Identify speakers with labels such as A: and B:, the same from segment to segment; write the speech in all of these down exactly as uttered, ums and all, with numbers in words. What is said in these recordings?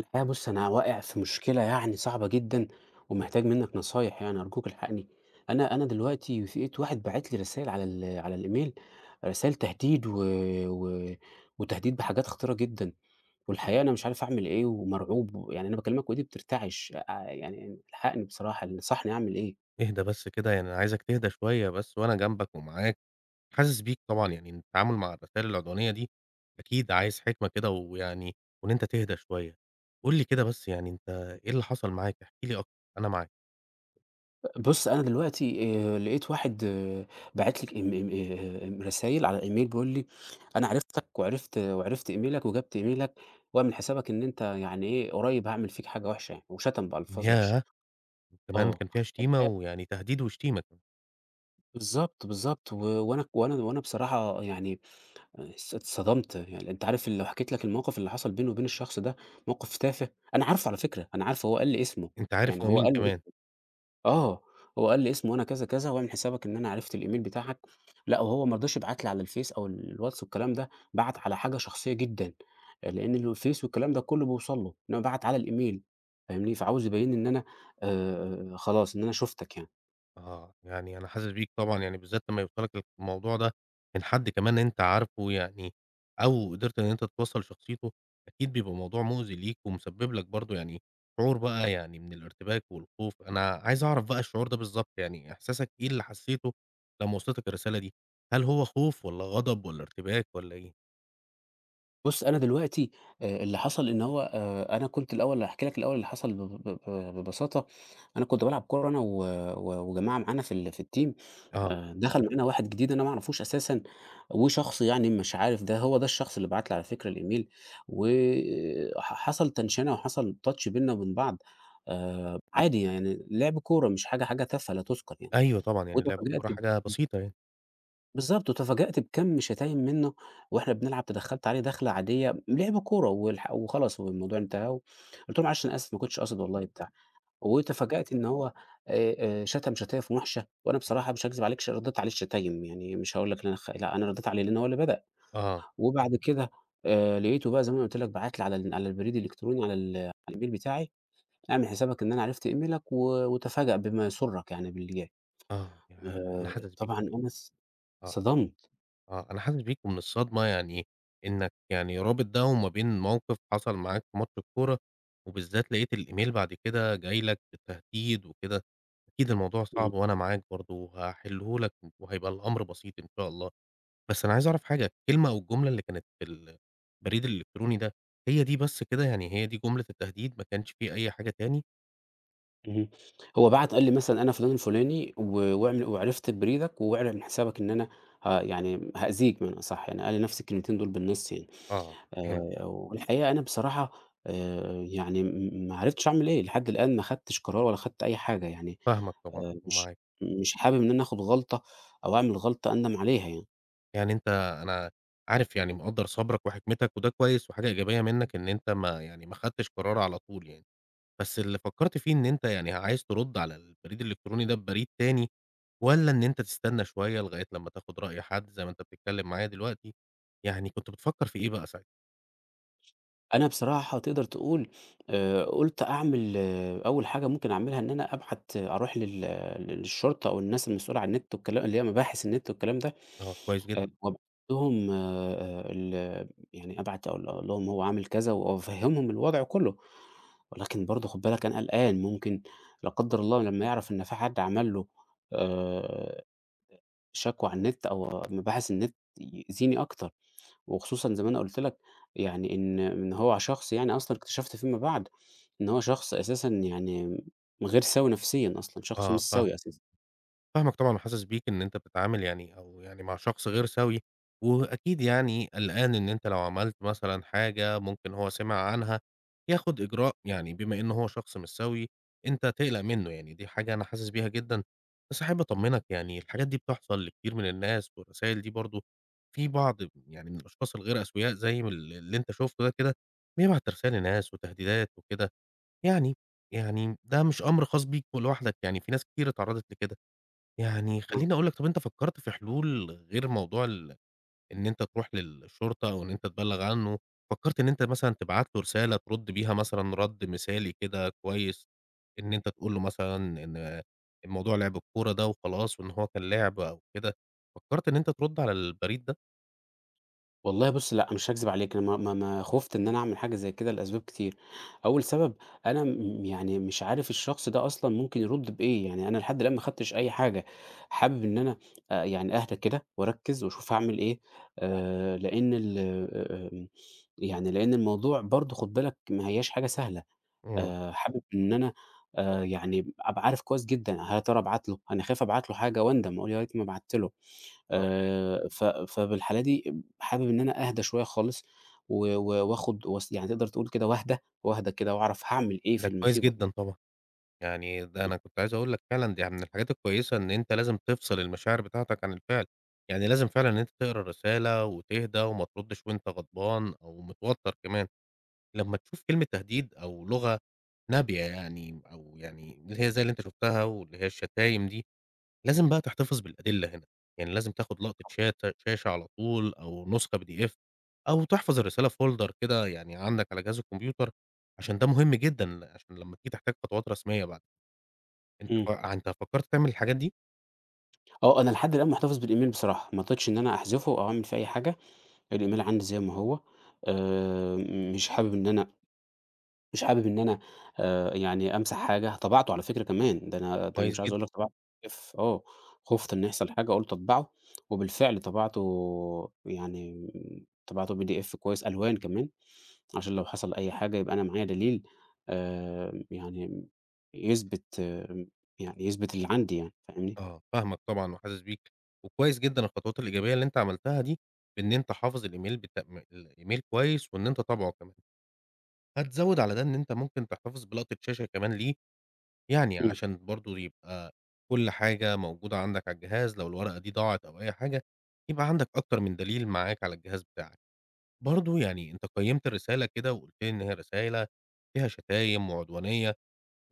A: الحقيقة بُص، أنا واقع في مشكلة يعني صعبة جدًا ومحتاج منّك نصايح يعني أرجوك الحقني. أنا أنا دلوقتي لقيت واحد باعت لي رسايل على ال على الإيميل، رسايل تهديد و و وتهديد بحاجات خطيرة جدًا، والحقيقة أنا مش عارف أعمل إيه ومرعوب، يعني أنا باكلمك وإيدي بترتعش، آآ يعني الحقني بصراحة، انصحني أعمل إيه؟
B: اهدى بس كده، يعني أنا عايزك تهدى شوية بس، وأنا جنبك ومعاك، حاسس بيك طبعًا. يعني التعامل مع الرسايل العدوانية دي أكيد عايز حكمة كده، ويعني وإن أنت تهدى شوية. قُل لي كده، بس يعني أنت إيه اللي حصل معاك؟ احكِ لي أكتر، أنا معاك.
A: بُص، أنا دلوقتي آآ لقيت واحد باعت لي إم إم آآ رسايل على الإيميل بيقول لي: "أنا عرفتك وعرفت وعرفت إيميلك وجبت إيميلك، واعمل حسابك إن أنت يعني إيه، قريب هاعمل فيك حاجة وحشة يعني." وشتم بألفاظ وحشة.
B: ياه! كمان
A: آه.
B: كان فيها شتيمة
A: الحقيقة
B: ويعني تهديد وشتيمة كمان.
A: بالضبط، بالضبط. و وأنا وأنا وأنا بصراحة يعني اتص اتصدمت. يعني أنت عارف لو حكيت لك الموقف اللي حصل بيني وبين الشخص ده، موقف تافه، أنا عارفه على فكرة، أنا عارفه هو قال لي اسمه،
B: أنت عارف
A: يعني
B: هو
A: هو
B: مين
A: قال لي
B: كمان.
A: آه، هو قال لي اسمه أنا كذا، كذا واعمل حسابك إن أنا عرفت الإيميل بتاعك، لأ وهو ما رضاش يبعت لي على الفيس أو الواتس والكلام ده، بعت على حاجة شخصية جدًا، لإن اللي الفيس والكلام ده كله بيوصل له، إنما بعت على الإيميل، فاهمني؟ فعاوز يبين إن أنا آآ خلاص إن أنا شُفتك يعني.
B: آه، يعني أنا حاسس بيك طبعًا، يعني بالذات لمّا يوصلك الموضوع ده من حد كمان أنت عارفه، يعني أو قدرت إن أنت تتوصّل شخصيته، أكيد بيبقى موضوع مؤذي ليك ومسبب لك برضه يعني شعور بقى يعني من الارتباك والخوف. أنا عايز أعرف بقى الشعور ده بالضبط، يعني إحساسك إيه اللي حسيته لمّا وصلتك الرسالة دي؟ هل هو خوف والّا غضب والّا ارتباك والّا إيه؟
A: بُص، أنا دلوقتي آآ اللي حصل إن هو آآ أنا كنت الأول هاحكي لك الأول اللي حصل ب ب ب ببساطة، أنا كنت بالعب كورة أنا و و وجماعة معانا في ال في الteam.
B: آه،
A: آآ دخل معانا واحد جديد أنا ما أعرفوش أساسًا، وشخص يعني مش عارف ده هو ده الشخص اللي بعت لي على فكرة الإيميل، وح حصل تنشنة وحصل touch بيننا وبين بعض. آآ عادي يعني لعب كورة مش حاجة حاجة تافهة لا تُذكر يعني،
B: أيوه طبعًا، يعني لعب
A: واتفاجأت
B: الكورة
A: ب
B: حاجة بسيطة يعني.
A: بالضبط، وتفاجأت بكَم شتايم منّه وإحنا بنلعب، تدخّلت عليه دخلة عادية، لِعب كورة والح وخلاص والموضوع انتهى، وقُلت له: "معلش أنا آسف ما كنتش قاصد والله." بتاع، وتفاجأت إن هو آآ آآ شتم شتايم وِحشة، وأنا بصراحة مش هاكذب عليك ش ردّيت عليه الشتايم، يعني مش هاقول لك إن أنا خ لأ، أنا ردّيت عليه لإن هو اللي بدأ،
B: آه.
A: وبعد كده آآ لقيته بقى زي ما أنا قُلت لك باعت لي على ال على البريد الإلكتروني على ال على الإيميل بتاعي: "اعمل حسابك إن أنا عرفت إيميلك و وتفاجأ بما يسرّك يعني باللي جاي."
B: آه، ياه! أنا
A: آآ
B: حاسس بيك.
A: طبعًا أنا اتص
B: آه.
A: اتصدمت.
B: آه، أنا حاسس بيك ومن الصدمة، يعني إنك يعني رابط ده وما بين موقف حصل معاك في ماتش الكورة، وبالذات لقيت الإيميل بعد كده جاي لك بالتهديد وكده. أكيد الموضوع صعب، وأنا معاك برضه وهاحله لك وهيبقى الأمر بسيط إن شاء الله. بس أنا عايز أعرف حاجة، الكلمة أو الجملة اللي كانت في البريد الإلكتروني ده، هي دي بس كده؟ يعني هي دي جملة التهديد، ما كانش في أي حاجة تاني؟
A: اهم. هو بعت قال لي مثلًا أنا فلان الفلاني و واعمل وعرفت بريدك واعمل من حسابك إن أنا ه يعني هأذيك بمعنى أصح، يعني قال لي نفس الكلمتين دول بالنص يعني.
B: آه، فهمت.
A: آآ والحقيقة أنا بصراحة آآ يعني م ما عرفتش أعمل إيه، لحد الآن ما خدتش قرار ولا خدت أي حاجة يعني،
B: فاهمك طبعًا
A: آآ مش
B: ومعاك.
A: مش حابب إن أنا آخد غلطة أو أعمل غلطة أندم عليها يعني.
B: يعني أنت أنا عارف، يعني مقدّر صبرك وحكمتك، وده كويس وحاجة إيجابية منّك إن أنت ما يعني ما خدتش قرار على طول يعني. بس اللي فكّرت فيه إن أنت يعني عايز ترُد على البريد الإلكتروني ده ببريد تاني، والّا إن أنت تستنى شوية لغاية لمّا تاخد رأي حد زي ما أنت بتتكلّم معايا دلوقتي. يعني كنت بتفكّر في إيه بقى ساعتها؟
A: أنا بصراحة تقدر تقول آآ، قُلت أعمل آه، أول حاجة ممكن أعملها إن أنا أبحث آه، أروح لل للشرطة أو الناس المسؤولة عن النت والكلا اللي هي مباحث النت والكلام ده،
B: آه، كويس جدًا.
A: آآ، وأبعت لهم آآ، ال يعني أبعت أقول أقول لهم هو عامل كذا وأفهّمهم الوضع كُلّه، ولكن برضه خُد بالك أنا قلقان ممكن لا قدّر الله لمّا يعرف إن في حد عمل له آآ، شكوى على النت أو مباحث النت يأذيني أكتر. وخصوصًا زي ما أنا قُلت لك يعني إن إن هو شخص يعني أصلًا اكتشفت فيما بعد إن هو شخص أساسًا يعني غير سوي نفسيًا أصلًا، شخص مش
B: آه،
A: سوي
B: فاهمك.
A: أساسًا.
B: فاهمك طبعًا وحاسس بيك إن أنت بتتعامل يعني أو يعني مع شخص غير سوي، وأكيد يعني قلقان إن أنت لو عملت مثلًا حاجة ممكن هو سمع عنها ياخد إجراء. يعني بما إنه هو شخص مش سوي أنت تقلق منه يعني، دي حاجة أنا حاسس بيها جدًا. بس حابب أطمنك، يعني الحاجات دي بتحصل لكتير من الناس، والرسايل دي برضه في بعض يعني من الأشخاص الغير أسوياء زي ما ال اللي أنت شُفته ده كده، بيبعت رسايل لناس وتهديدات وكده. يعني يعني ده مش أمر خاص بيك ولوحدك، يعني في ناس كتير اتعرضت لكده. يعني
A: أها.
B: خلّيني أقول لك، طب أنت فكّرت في حلول غير موضوع ال إن أنت تروح للشرطة أو إن أنت تبلّغ عنه؟ فكّرت إن أنت مثلًا تبعت له رسالة ترُد بيها مثلًا رَد مثالي كده كويس، إن أنت تقول له مثلًا إن الموضوع لِعب الكورة ده وخلاص، وإن هو كان لِعب أو كده؟ فكّرت إن أنت ترُد على البريد ده؟
A: والله بُص لأ، مش هاكذب عليك أنا ما ما ما خُفت إن أنا أعمل حاجة زي كده لأسباب كتير. أول سبب أنا م يعني مش عارف الشخص ده أصلًا ممكن يرُد بإيه، يعني أنا لحد الآن ما خدتش أي حاجة. حابب إن أنا آآ يعني أهدى كده وأركّز وأشوف هاعمل إيه، آآ لإن ال آآ آمم يعني لإن الموضوع برضه خُد بالك ما هياش حاجة سهلة.
B: إمم،
A: آآ حابب إن أنا آآ يعني أبقى عارف كويس جدًا هل يا ترى أبعت له، أنا خايف أبعت له حاجة وأندم وأقول يا ريتني ما بعت له.
B: آه،
A: آآ ف فبالحالة دي حابب إن أنا أهدى شوية خالص و و وآخد وس يعني تقدر تقول كده واهدى، واهدى كده وأعرف هاعمل إيه في
B: ده كويس
A: المصيبة دي.
B: جدًا طبعًا. يعني ده أنا كنت عايز أقول لك، فعلًا دي يعني من الحاجات الكويسة، إن أنت لازم تفصل المشاعر بتاعتك عن الفعل. يعني لازم فعلًا إن أنت تقرا الرسالة وتهدى، وما تردش وأنت غضبان أو متوتر كمان. لمّا تشوف كلمة تهديد أو لغة نابية، يعني أو يعني اللي هي زي اللي أنت شُفتها واللي هي الشتايم دي، لازم بقى تحتفظ بالأدلة هنا. يعني لازم تاخد لقطة شات شاشة على طول، أو نسخة بي دي إف، أو تحفظ الرسالة في folder كده يعني عندك على جهاز الكمبيوتر، عشان ده مهم جدًا عشان لمّا تيجي تحتاج خطوات رسمية بقى. أنت ف
A: إمم.
B: آه، أنت فكّرت تعمل الحاجات دي؟
A: آه، أنا لحد الآن محتفظ بالإيميل بصراحة، ما رضيتش إن أنا أحذفه أو أعمل فيه أي حاجة، الإيميل عندي زي ما هو. آآ مش حابب إن أنا مش حابب إن أنا آآ يعني أمسح حاجة، طبعته على فكرة كمان، ده أنا ده أنا مش
B: كويس
A: عايز
B: جدًا.
A: أقول لك طبعت اف آه، خُفت إن يحصل حاجة قُلت أطبعه، وبالفعل طبعته يعني طبعته بي دي إف كويس ألوان كمان، عشان لو حصل أي حاجة يبقى أنا معايا دليل آآ يعني يثبت آه، يعني يثبت اللي عندي يعني، فاهمني؟
B: آه، فاهمك طبعًا وحاسس بيك، وكويس جدًا الخطوات الإيجابية اللي أنت عملتها دي، بإن أنت حافظ الإيميل بتم الإيميل كويس وإن أنت طابعه كمان. هتزوّد على ده إن أنت ممكن تحتفظ بلقطة شاشة كمان ليه، يعني
A: إمم،
B: عشان برضه يبقى كل حاجة موجودة عندك على الجهاز، لو الورقة دي ضاعت أو أي حاجة، يبقى عندك أكتر من دليل معاك على الجهاز بتاعك. برضه يعني أنت قيّمت الرسالة كده وقُلت لي إن هي رسالة فيها شتايم وعدوانية،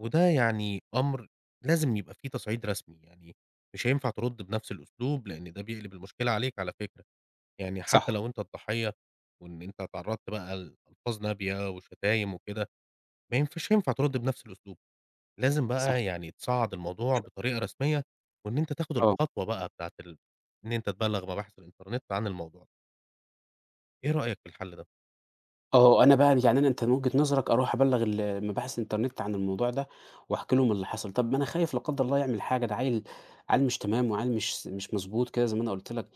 B: وده يعني أمر لازم يبقى فيه تصعيد رسمي. يعني مش هينفع ترُد بنفس الأسلوب، لإن ده بيقلب المشكلة عليك على فكرة. يعني حتى
A: صح،
B: لو أنت الضحية وإن أنت اتعرّضت بقى لألفاظ نابية وشتايم وكده، ما ينف مش هينفع ترُد بنفس الأسلوب. لازم
A: صح،
B: بقى يعني تصعّد الموضوع
A: كده
B: بطريقة رسمية، وإن أنت تاخد
A: آه.
B: الخطوة بقى بتاعة ال إن أنت تبلّغ مباحث الإنترنت عن الموضوع. إيه رأيك في الحل ده؟
A: آه، أنا بقى يعني أنا أنت من وجهة نظرك أروح أبلّغ ال مباحث الإنترنت عن الموضوع ده، وأحكي لهم اللي حصل. طب ما أنا خايف لا قدّر الله يعمل حاجة، ده عيّل عيّل مش تمام وعيّل مش س مش مضبوط كده زي ما أنا قُلت لك،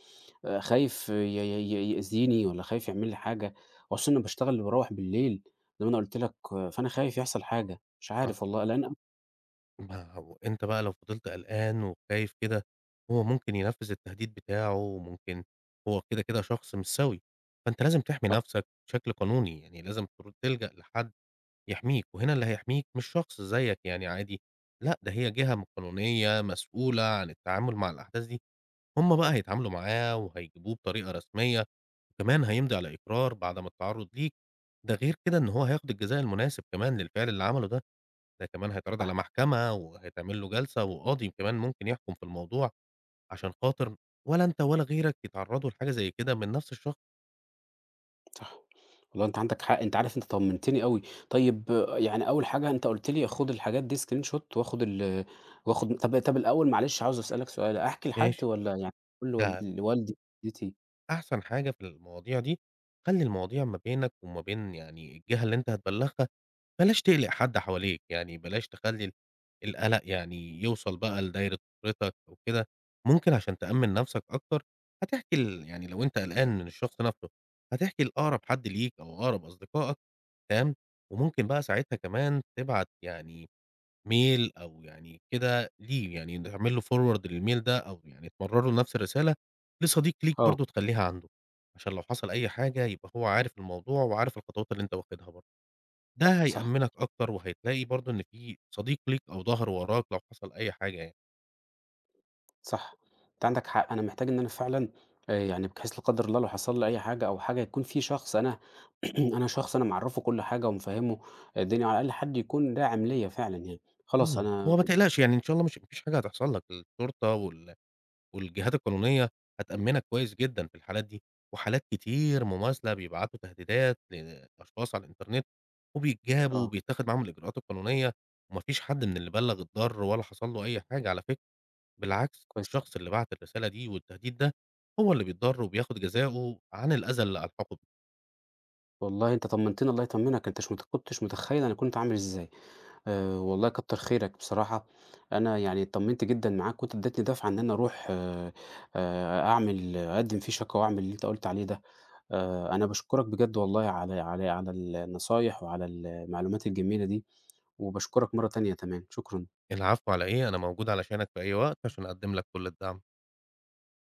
A: آآ خايف ي ي ي يأذيني والّا خايف يعمل لي حاجة، وأصل أنا باشتغل وباروّح بالليل زي ما أنا قُلت لك، آه، فأنا خايف يحصل حاجة، مش
B: آه.
A: عارف والله لإن
B: ما هو أنت بقى لو فضلت قلقان وخايف كده، هو ممكن ينفّذ التهديد بتاعه، وممكن هو كده، كده شخص مش سوي. فأنت لازم تحمي نفسك بشكل قانوني، يعني لازم تر تلجأ لحد يحميك، وهنا اللي هيحميك مش شخص زيك يعني عادي، لأ، ده هي جهة م قانونية مسؤولة عن التعامل مع الأحداث دي. هم بقى هيتعاملوا معاه وهيجيبوه بطريقة رسمية، وكمان هيمضي على إقرار بعد ما التعرّض ليك. ده غير كده إن هو هياخد الجزاء المناسب كمان للفعل اللي عمله ده. ده كمان هيتعرض على محكمة وهيتعمل له جلسة، وقاضي كمان ممكن يحكم في الموضوع عشان خاطر ولا أنت ولا غيرك يتعرّضوا لحاجة زي كده من نفس الشخص.
A: صح. والله أنت عندك حق، أنت عارف أنت طمنتني أوي. طيب آه، يعني أول حاجة أنت قُلت لي خُد الحاجات دي screen shot وآخُد ال وآخُد طب طب الأول معلش عاوز أسألك سؤال، أحكي لحد
B: ماشي.
A: والّا يعني أقول لوال
B: ده
A: لوالدي، والدتي؟
B: أحسن حاجة في المواضيع دي، خلّي المواضيع ما بينك وما بين يعني الجهة اللي أنت هتبلّغها، بلاش تقلق حد حواليك. يعني بلاش تخلّي ال القلق يعني يوصل بقى لدايرة أسرتك أو كده. ممكن عشان تأمِّن نَفْسك أكتر هتحكي ل يعني لو أنت قلقان من الشخص نَفْسه، هتحكي لأقرب حد ليك أو أقرب أصدقائك، تمام. وممكن بقى ساعتها كمان تبعت يعني mail أو يعني كده ليه، يعني تعمل له forward للmail ده، أو يعني تمرّر له نَفْس الرسالة لصديق ليك
A: آه،
B: برضه تخلّيها عنده، عشان لو حصل أي حاجة يبقى هو عارف الموضوع وعارف الخطوات اللي أنت واخدها برضه. ده
A: صح،
B: هيأمّنك أكتر، وهتلاقي برضه إن في صديق ليك أو ضهر وراك لو حصل أي حاجة يعني.
A: صح. أنت عندك حق، أنا محتاج إن أنا فعلًا آآ يعني بحيث لا قدّر الله لو حصل لي أي حاجة أو حاجة يكون في شخص أنا أنا شخص أنا معرّفه كل حاجة ومفهّمه الدنيا، على الأقل حد يكون داعم ليّا فعلًا يعني. خلاص
B: آه.
A: أنا
B: هو ما تقلقش، يعني إن شاء الله مش ما فيش حاجة هتحصل لك. الشرطة وال والجهات القانونية هتأمّنك كويس جدًا في الحالات دي، وحالات كتير مماثلة بيبعتوا تهديدات لأشخاص على الإنترنت، وبيتجابوا
A: آه،
B: وبيتاخد معاهم الإجراءات القانونية. وما فيش حد من اللي بلّغ الضَّر ولا حصل له أي حاجة على فكرة. بالعكس،
A: كويس
B: الشخص اللي بعت الرسالة دي والتهديد ده هو اللي بيتضَّر وبياخد جزاؤه عن الأذى اللي ألحقه.
A: والله أنت طمّنتني الله يطمّنك، أنت مش مت كنتش متخيّل أنا كنت عامل إزاي. آآ والله كتّر خيرك بصراحة، أنا يعني اتطمّنت جدًا معاك وأنت ادّيتني دَفعة إن أنا أروح آآ أعمل أقدّم فيه شكوى وأعمل اللي أنت قُلت عليه ده. آآ أنا باشكرك بجد والله على على على النصايح وعلى المعلومات الجميلة دي، وباشكرك مرّة تانية كمان، شكرًا.
B: العفو على إيه، أنا موجود علشانك في أي وقت عشان أقدّم لك كل الدعم.